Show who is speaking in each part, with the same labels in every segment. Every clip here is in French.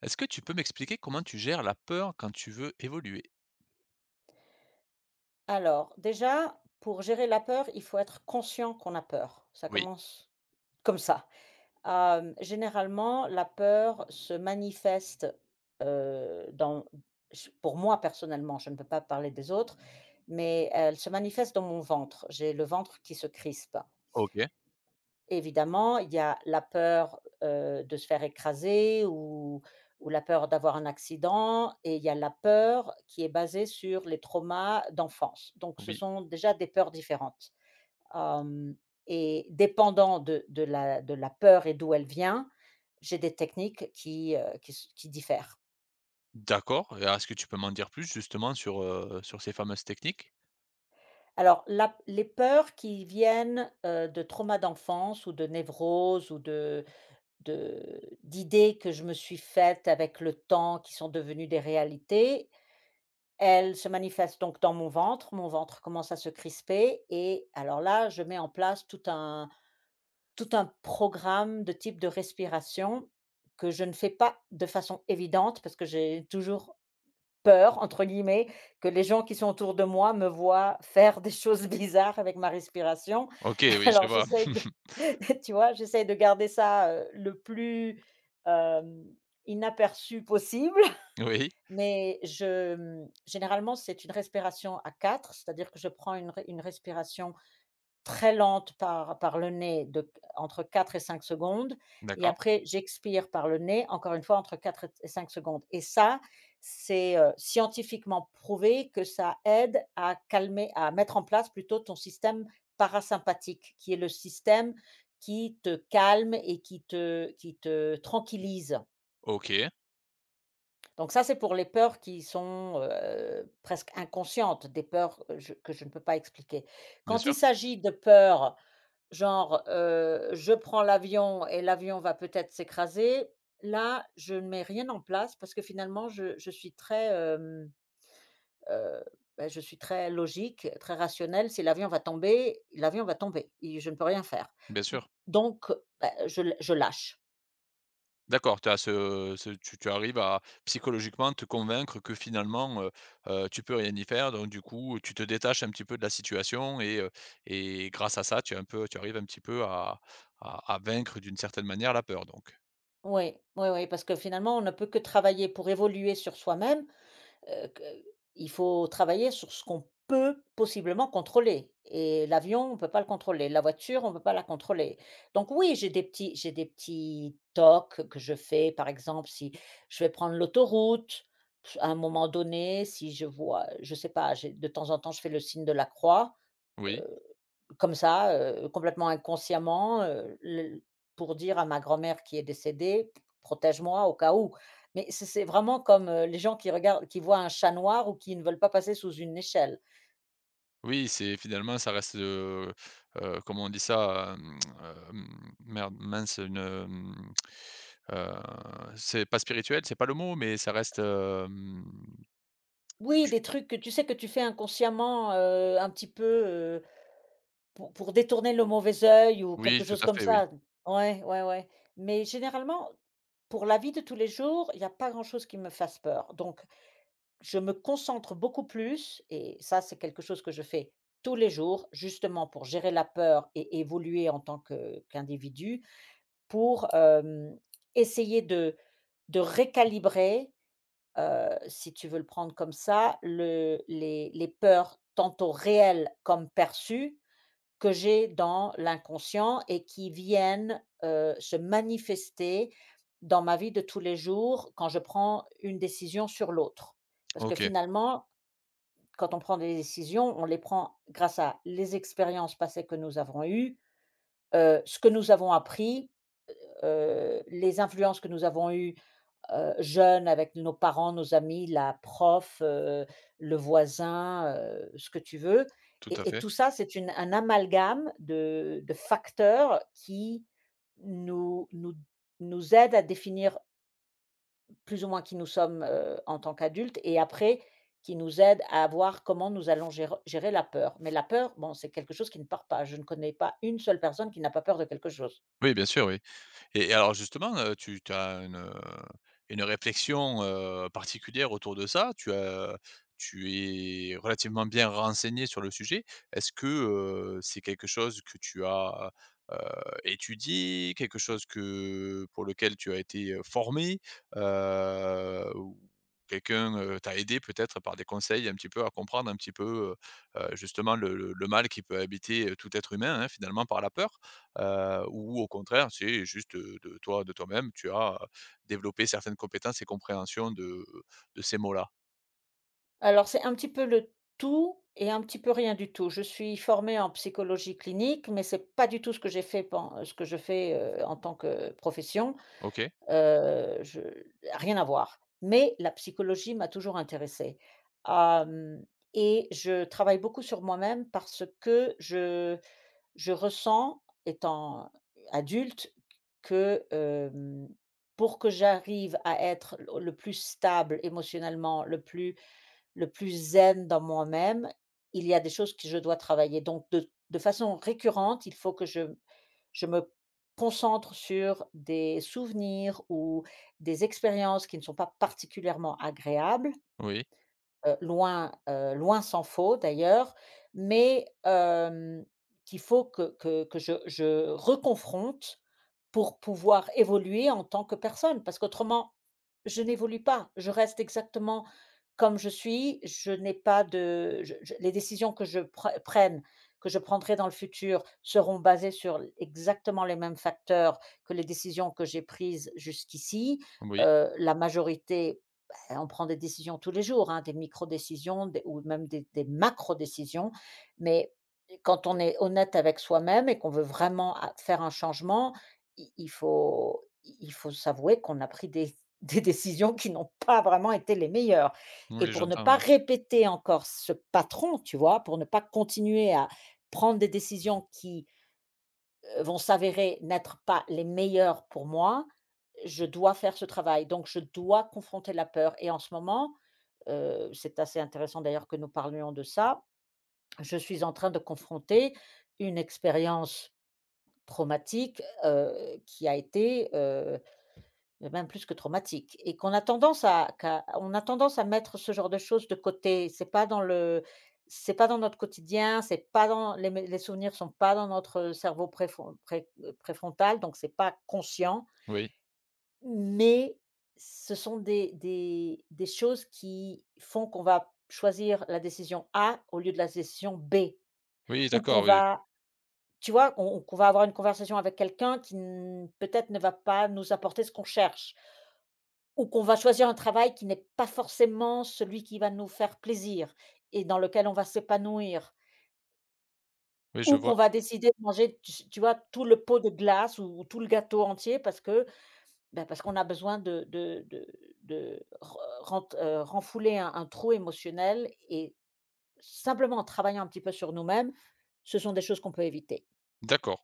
Speaker 1: Est-ce que tu peux m'expliquer comment tu gères la peur quand tu veux évoluer?
Speaker 2: Alors, déjà, pour gérer la peur, il faut être conscient qu'on a peur. Ça
Speaker 1: Oui.
Speaker 2: commence comme ça. Généralement, la peur se manifeste euh, dans, pour moi personnellement, je ne peux pas parler des autres, mais elle se manifeste dans mon ventre. J'ai le ventre qui se crispe.
Speaker 1: OK,
Speaker 2: Évidemment, il y a la peur, de se faire écraser ou la peur d'avoir un accident et il y a la peur qui est basée sur les traumas d'enfance. Donc ce
Speaker 1: oui,
Speaker 2: sont déjà des peurs différentes. Hem Et dépendant de la peur et d'où elle vient, j'ai des techniques qui diffèrent.
Speaker 1: d'accord et est-ce que tu peux m'en dire plus justement sur, sur ces fameuses techniques?
Speaker 2: Alors la les peurs qui viennent, de traumas d'enfance ou de névrose ou de d'idées que je me suis faites avec le temps, qui sont devenues des réalités. Elles se manifestent donc dans mon ventre commence à se crisper et alors là, je mets en place tout un programme de type de respiration que je ne fais pas de façon évidente parce que j'ai toujours «peur» entre guillemets que les gens qui sont autour de moi me voient faire des choses bizarres avec ma respiration.
Speaker 1: OK, oui, je
Speaker 2: Alors
Speaker 1: vois.
Speaker 2: j'essaie de tu vois, j'essaie de garder ça, le plus, hem, inaperçu possible.
Speaker 1: Oui,
Speaker 2: Mais généralement, c'est une respiration à 4, c'est-à-dire que je prends une respiration très lente par le nez de entre 4 et 5 secondes, et
Speaker 1: d'accord.
Speaker 2: après j'expire par le nez, encore une fois entre 4 et 5 secondes. Et ça, c'est, scientifiquement prouvé que ça aide à calmer, à mettre en place plutôt ton système parasympathique, qui est le système qui te calme et qui te tranquillise.
Speaker 1: OK,
Speaker 2: Donc ça, c'est pour les peurs qui sont, presque inconscientes, des peurs, je que je ne peux pas expliquer.
Speaker 1: bien
Speaker 2: Quand
Speaker 1: sûr,
Speaker 2: il s'agit de peurs, genre, je prends l'avion et l'avion va peut-être s'écraser, là, je ne mets rien en place parce que finalement je suis très, heu, bah, je suis très logique, très rationnelle. Si l'avion va tomber, l'avion va tomber et je ne peux rien faire.
Speaker 1: bien sûr.
Speaker 2: Donc, bah, je lâche.
Speaker 1: D'accord, tu as ce tu arrives à psychologiquement te convaincre que finalement, tu peux rien y faire donc du coup, tu te détaches un petit peu de la situation et grâce à ça, tu as un peu tu arrives un petit peu à à vaincre d'une certaine manière la peur donc?
Speaker 2: Oui, oui, oui, parce que finalement, on ne peut que travailler pour évoluer sur soi-même. Que Il faut travailler sur ce qu'on peut possiblement contrôler, et l'avion, on ne peut pas le contrôler, la voiture, on ne peut pas la contrôler. Donc oui, j'ai des petits tocs que je fais. Par exemple, si je vais prendre l'autoroute, à un moment donné, si je vois, je sais pas, j'ai de temps en temps, je fais le signe de la croix, euh,
Speaker 1: Oui.
Speaker 2: comme ça, complètement inconsciemment, le pour dire à ma grand-mère qui est décédée: «Protège-moi au cas où». Mais c'est vraiment comme, les gens qui regardent, qui voient un chat noir ou qui ne veulent pas passer sous une échelle.
Speaker 1: Oui, c'est finalement ça reste, comment on dit ça? Hem, merde, mince, une, heu, c'est pas spirituel, c'est pas le mot, mais ça reste, hem,
Speaker 2: Oui, des
Speaker 1: j
Speaker 2: trucs que tu sais que tu fais inconsciemment, un petit peu, pour détourner le mauvais œil ou quelque
Speaker 1: oui, tout
Speaker 2: chose
Speaker 1: à
Speaker 2: comme
Speaker 1: fait, oui.
Speaker 2: ça. Ouais, ouais, ouais. Mais généralement, pour la vie de tous les jours, il n'y a pas grand chose qui me fasse peur. Donc je me concentre beaucoup plus, et ça, c'est quelque chose que je fais tous les jours, justement pour gérer la peur et évoluer en tant que qu'individu, pour, essayer de récalibrer, si tu veux le prendre comme ça, le les peurs tantôt réelles comme perçues, que j'ai dans l'inconscient et qui viennent, se manifester dans ma vie de tous les jours quand je prends une décision sur l'autre. Parce que
Speaker 1: OK,
Speaker 2: finalement, quand on prend des décisions, on les prend grâce à les expériences passées que nous avons eues, ce que nous avons appris, les influences que nous avons eues, jeunes, avec nos parents, nos amis, la prof, le voisin, ce que tu veux,
Speaker 1: tout à
Speaker 2: et
Speaker 1: fait.
Speaker 2: tout ça, c'est une un amalgame de facteurs qui nous nous nous aident à définir plus ou moins qui nous sommes, en tant qu'adultes, et après qui nous aide à voir comment nous allons gérer la peur. Mais la peur, bon, c'est quelque chose qui ne part pas. Je ne connais pas une seule personne qui n'a pas peur de quelque chose.
Speaker 1: Oui, bien sûr, oui. Et alors justement, tu as une réflexion, particulière autour de ça? Tu es relativement bien renseigné sur le sujet. Est-ce que, c'est quelque chose que tu as, heu, étudié? Quelque chose que pour lequel tu as été, formé? Ou quelqu'un, t'a aidé peut-être par des conseils un petit peu à comprendre un petit peu, justement le le mal qui peut habiter, tout être humain, hein, finalement par la peur? Ou au contraire, c'est juste, de toi de toi-même, tu as, développé certaines compétences et compréhensions de ces mots-là.
Speaker 2: Alors c'est un petit peu le tout et un petit peu rien du tout. Je suis formée en psychologie clinique, mais c'est pas du tout ce que j'ai fait pen ce que je fais, en tant que profession.
Speaker 1: OK,
Speaker 2: Je Rien à voir. Mais la psychologie m'a toujours intéressée. Hem Et je travaille beaucoup sur moi-même parce que je ressens, étant adulte, que, pour que j'arrive à être le plus stable émotionnellement, le plus zen dans moi-même, il y a des choses que je dois travailler. Donc de façon récurrente, il faut que je me concentre sur des souvenirs ou des expériences qui ne sont pas particulièrement agréables.
Speaker 1: oui,
Speaker 2: Loin, loin s'en faut d'ailleurs, mais qu'il faut que je reconfronte pour pouvoir évoluer en tant que personne. Parce qu'autrement, je n'évolue pas. Je reste exactement comme je suis. Je n'ai pas de je Les décisions que je prenne, que je prendrai dans le futur, seront basées sur exactement les mêmes facteurs que les décisions que j'ai prises jusqu'ici.
Speaker 1: oui,
Speaker 2: Heu, la majorité on prend des décisions tous les jours, hein, des micro-décisions des ou même des macro-décisions, mais quand on est honnête avec soi-même et qu'on veut vraiment a faire un changement, i il faut s'avouer qu'on a pris des des décisions qui n'ont pas vraiment été les meilleures, et
Speaker 1: oui,
Speaker 2: pour ne
Speaker 1: j'entends,
Speaker 2: pas
Speaker 1: oui.
Speaker 2: répéter encore ce patron, tu vois? Pour ne pas continuer à prendre des décisions qui, vont s'avérer n'être pas les meilleures pour moi, je dois faire ce travail, donc je dois confronter la peur. Et en ce moment, c'est assez intéressant d'ailleurs que nous parlions de ça. Je suis en train de confronter une expérience traumatique, qui a été, même plus que traumatique, et qu'on a tendance à qu'à on a tendance à mettre ce genre de choses de côté. C'est pas dans notre quotidien, c'est pas dans les souvenirs, sont pas dans notre cerveau préfrontal, donc c'est pas conscient.
Speaker 1: Oui,
Speaker 2: Mais ce sont des choses qui font qu'on va choisir la décision A au lieu de la décision B,
Speaker 1: oui,
Speaker 2: ou qu'on
Speaker 1: d'accord, oui,
Speaker 2: va, tu vois? On Qu'on va avoir une conversation avec quelqu'un qui n peut-être ne va pas nous apporter ce qu'on cherche, ou qu'on va choisir un travail qui n'est pas forcément celui qui va nous faire plaisir et dans lequel on va s'épanouir,
Speaker 1: oui, je
Speaker 2: ou qu'on
Speaker 1: vois.
Speaker 2: va décider de manger, tu vois? Tout le pot de glace ou tout le gâteau entier, ben parce qu'on a besoin de re ren renfouler un trou émotionnel, et simplement en travaillant un petit peu sur nous-mêmes, ce sont des choses qu'on peut éviter.
Speaker 1: D'accord.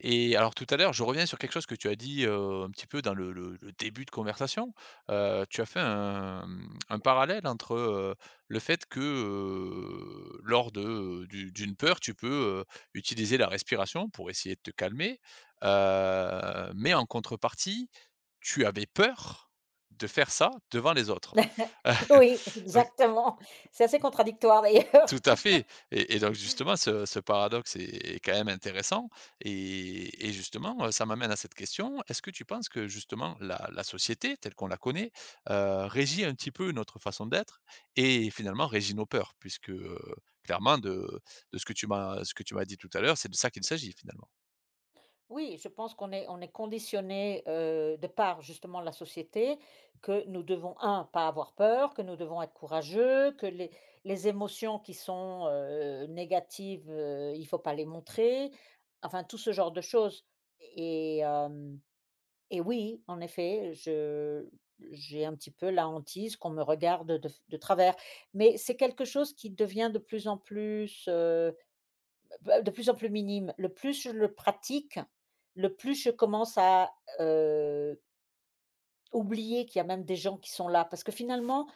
Speaker 1: Et alors tout à l'heure, je reviens sur quelque chose que tu as dit, un petit peu dans le le début de conversation. Tu as fait un, un parallèle entre, le fait que, lors de, d'une peur, tu peux, utiliser la respiration pour essayer de te calmer, mais en contrepartie, tu avais peur de faire ça devant les autres.
Speaker 2: Oui, exactement. C'est assez contradictoire d'ailleurs.
Speaker 1: Tout à fait et donc justement ce paradoxe est quand même intéressant et justement, ça m'amène à cette question. Est-ce que tu penses que justement la société telle qu'on la connaît, régit un petit peu notre façon d'être et finalement régit nos peurs? Puisque, clairement de ce que tu m'as ce que tu m'as dit tout à l'heure, c'est de ça qu'il s'agit finalement.
Speaker 2: Oui, je pense qu'on est conditionné, de par justement la société, que nous devons pas avoir peur, que nous devons être courageux, que les émotions qui sont, négatives, il faut pas les montrer, enfin tout ce genre de choses, et hem et oui, en effet, je j'ai un petit peu la hantise qu'on me regarde de travers, mais c'est quelque chose qui devient de plus en plus, bah, de plus en plus minime. Le plus je le pratique, le plus je commence à, heu, oublier qu'il y a même des gens qui sont là. Parce que finalement,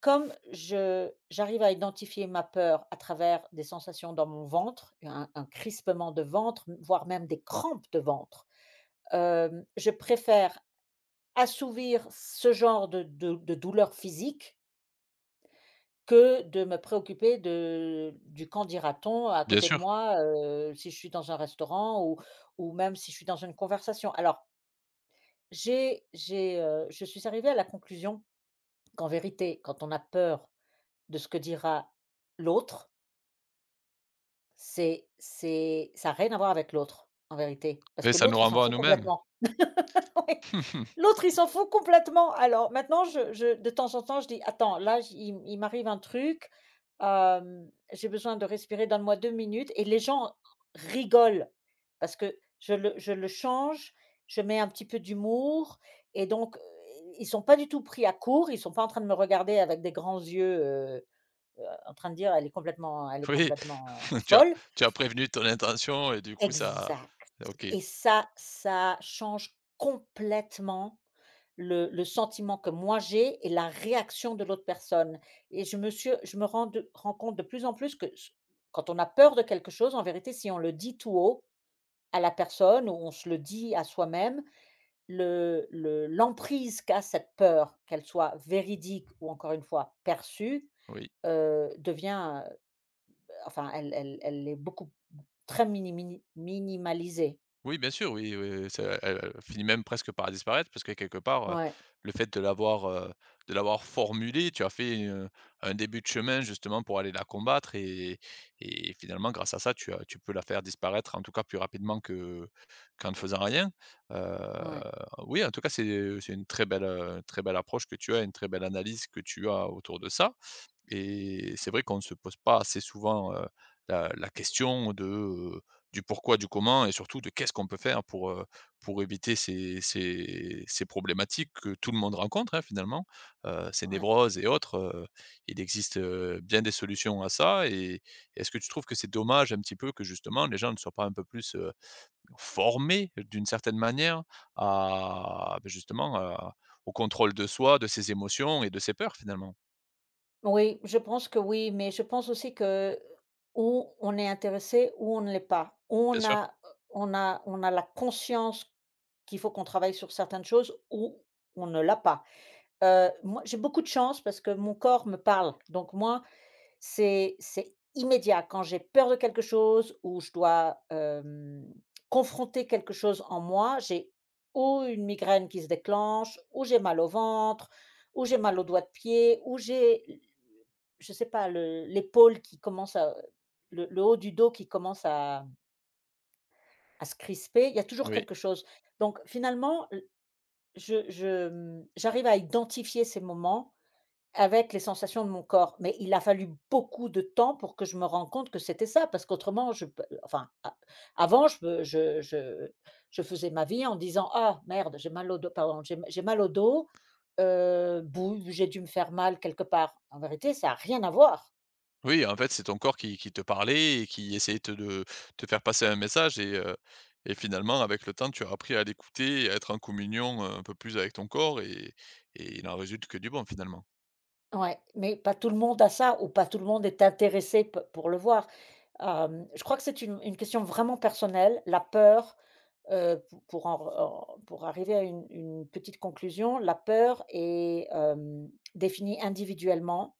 Speaker 2: comme je j'arrive à identifier ma peur à travers des sensations dans mon ventre, un crispement de ventre, voire même des crampes de ventre, je préfère assouvir ce genre de douleur physique que de me préoccuper de du «qu'en dira-t-on» à
Speaker 1: Bien
Speaker 2: côté de
Speaker 1: sûr,
Speaker 2: moi, si je suis dans un restaurant ou même si je suis dans une conversation. Alors je suis arrivée à la conclusion qu'en vérité, quand on a peur de ce que dira l'autre, c'est ça a rien à voir avec l'autre, en vérité. Parce
Speaker 1: oui,
Speaker 2: que
Speaker 1: ça nous
Speaker 2: l'autre, il s'en
Speaker 1: renvoie à
Speaker 2: fout
Speaker 1: nous-mêmes.
Speaker 2: complètement. Ouais. L'autre, il s'en fout complètement. Alors maintenant, je de temps en temps, je dis: «Attends, là, j il m'arrive un truc, j'ai besoin de respirer, donne-moi 2 minutes», et les gens rigolent parce que je le change, je mets un petit peu d'humour, et donc ils sont pas du tout pris à court, ils sont pas en train de me regarder avec des grands yeux, en train de dire: Elle est
Speaker 1: Oui,
Speaker 2: complètement
Speaker 1: tu as
Speaker 2: folle».
Speaker 1: tu as prévenu ton intention et du coup ça
Speaker 2: Exact.
Speaker 1: OK,
Speaker 2: Et ça change complètement le sentiment que moi j'ai et la réaction de l'autre personne, et je me rends compte de plus en plus que s quand on a peur de quelque chose, en vérité, si on le dit tout haut à la personne ou on se le dit à soi-même, le l'emprise qu'a cette peur, qu'elle soit véridique ou encore une fois perçue,
Speaker 1: oui.
Speaker 2: devient, enfin, elle est beaucoup, très minimini minimalisée.
Speaker 1: Oui, bien sûr, oui, oui, ça elle elle finit même presque par disparaître parce que quelque part,
Speaker 2: Ouais,
Speaker 1: le fait de l'avoir formulé, tu as fait, un début de chemin justement pour aller la combattre et finalement grâce à ça, tu peux la faire disparaître en tout cas plus rapidement que qu'en ne faisant rien.
Speaker 2: ouais,
Speaker 1: Heu, oui, en tout cas, c'est une très belle approche que tu as, une très belle analyse que tu as autour de ça. Et c'est vrai qu'on ne se pose pas assez souvent, la question de, du pourquoi, du comment et surtout de qu'est-ce qu'on peut faire pour éviter ces ces problématiques que tout le monde rencontre, hein, finalement, ces
Speaker 2: ouais.
Speaker 1: névroses et autres, il existe, bien des solutions à ça et est-ce que tu trouves que c'est dommage un petit peu que justement les gens ne soient pas un peu plus, formés d'une certaine manière à, beh, justement, à au contrôle de soi, de ses émotions et de ses peurs finalement?
Speaker 2: Oui, je pense que oui, mais je pense aussi que où on est intéressé ou on ne l'est pas. Ou
Speaker 1: Bien sûr,
Speaker 2: on a la conscience qu'il faut qu'on travaille sur certaines choses, ou on ne l'a pas. Moi, j'ai beaucoup de chance parce que mon corps me parle. Donc moi, c'est immédiat. Quand j'ai peur de quelque chose ou je dois, confronter quelque chose en moi, j'ai ou une migraine qui se déclenche, ou j'ai mal au ventre, ou j'ai mal aux doigts de pied, ou j'ai l je sais pas, le l'épaule qui commence à, le haut du dos qui commence à se crisper. Il y a toujours
Speaker 1: oui.
Speaker 2: quelque chose. Donc finalement, l je, mmh, j'arrive à identifier ces moments avec les sensations de mon corps, mais il a fallu beaucoup de temps pour que je me rende compte que c'était ça, parce qu'autrement je pe enfin, a avant je me je faisais ma vie en disant: «Ah merde, j'ai mal au dos, pardon, j'ai mal au dos, bouh, j'ai dû me faire mal quelque part». En vérité, ça a rien à voir.
Speaker 1: Oui, en fait, c'est ton corps qui te parlait et qui essayait te de te faire passer un message et finalement, avec le temps, tu as appris à l'écouter et à être en communion, un peu plus avec ton corps et il en résulte que du bon, finalement.
Speaker 2: Ouais, mais pas tout le monde a ça ou pas tout le monde est intéressé p pour le voir. Je crois que c'est une question vraiment personnelle, la peur. Heu, pou pour en en pour arriver à une petite conclusion, la peur est, définie individuellement,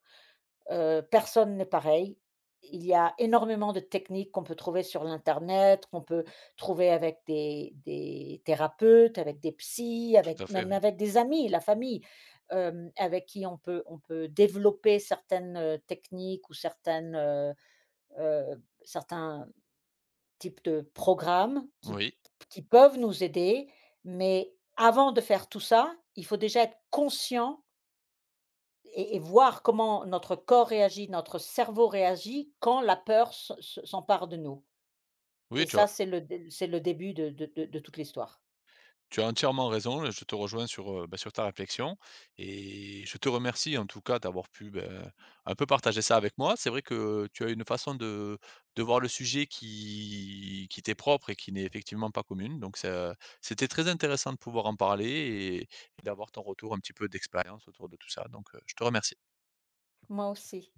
Speaker 2: personne n'est pareil. Il y a énormément de techniques qu'on peut trouver sur l'internet, qu'on peut trouver avec des thérapeutes, avec des psys, avec,
Speaker 1: Tout à fait,
Speaker 2: même,
Speaker 1: oui.
Speaker 2: avec des amis, la famille, avec qui on peut développer certaines, techniques, ou certaines, certains types de programmes
Speaker 1: Oui.
Speaker 2: qui peuvent nous aider, mais avant de faire tout ça, il faut déjà être conscient, et voir comment notre corps réagit, notre cerveau réagit quand la peur se s'empare de nous, et
Speaker 1: Oui, tu as
Speaker 2: ça, c'est le dé c'est le début de de toute l'histoire.
Speaker 1: Tu as entièrement raison, je te rejoins sur, bah, sur ta réflexion et je te remercie en tout cas d'avoir pu, ben, un peu partager ça avec moi. C'est vrai que tu as une façon de voir le sujet qui t'est propre et qui n'est effectivement pas commune donc ça c'était très intéressant de pouvoir en parler et d'avoir ton retour un petit peu d'expérience autour de tout ça donc, je te remercie.
Speaker 2: Moi aussi.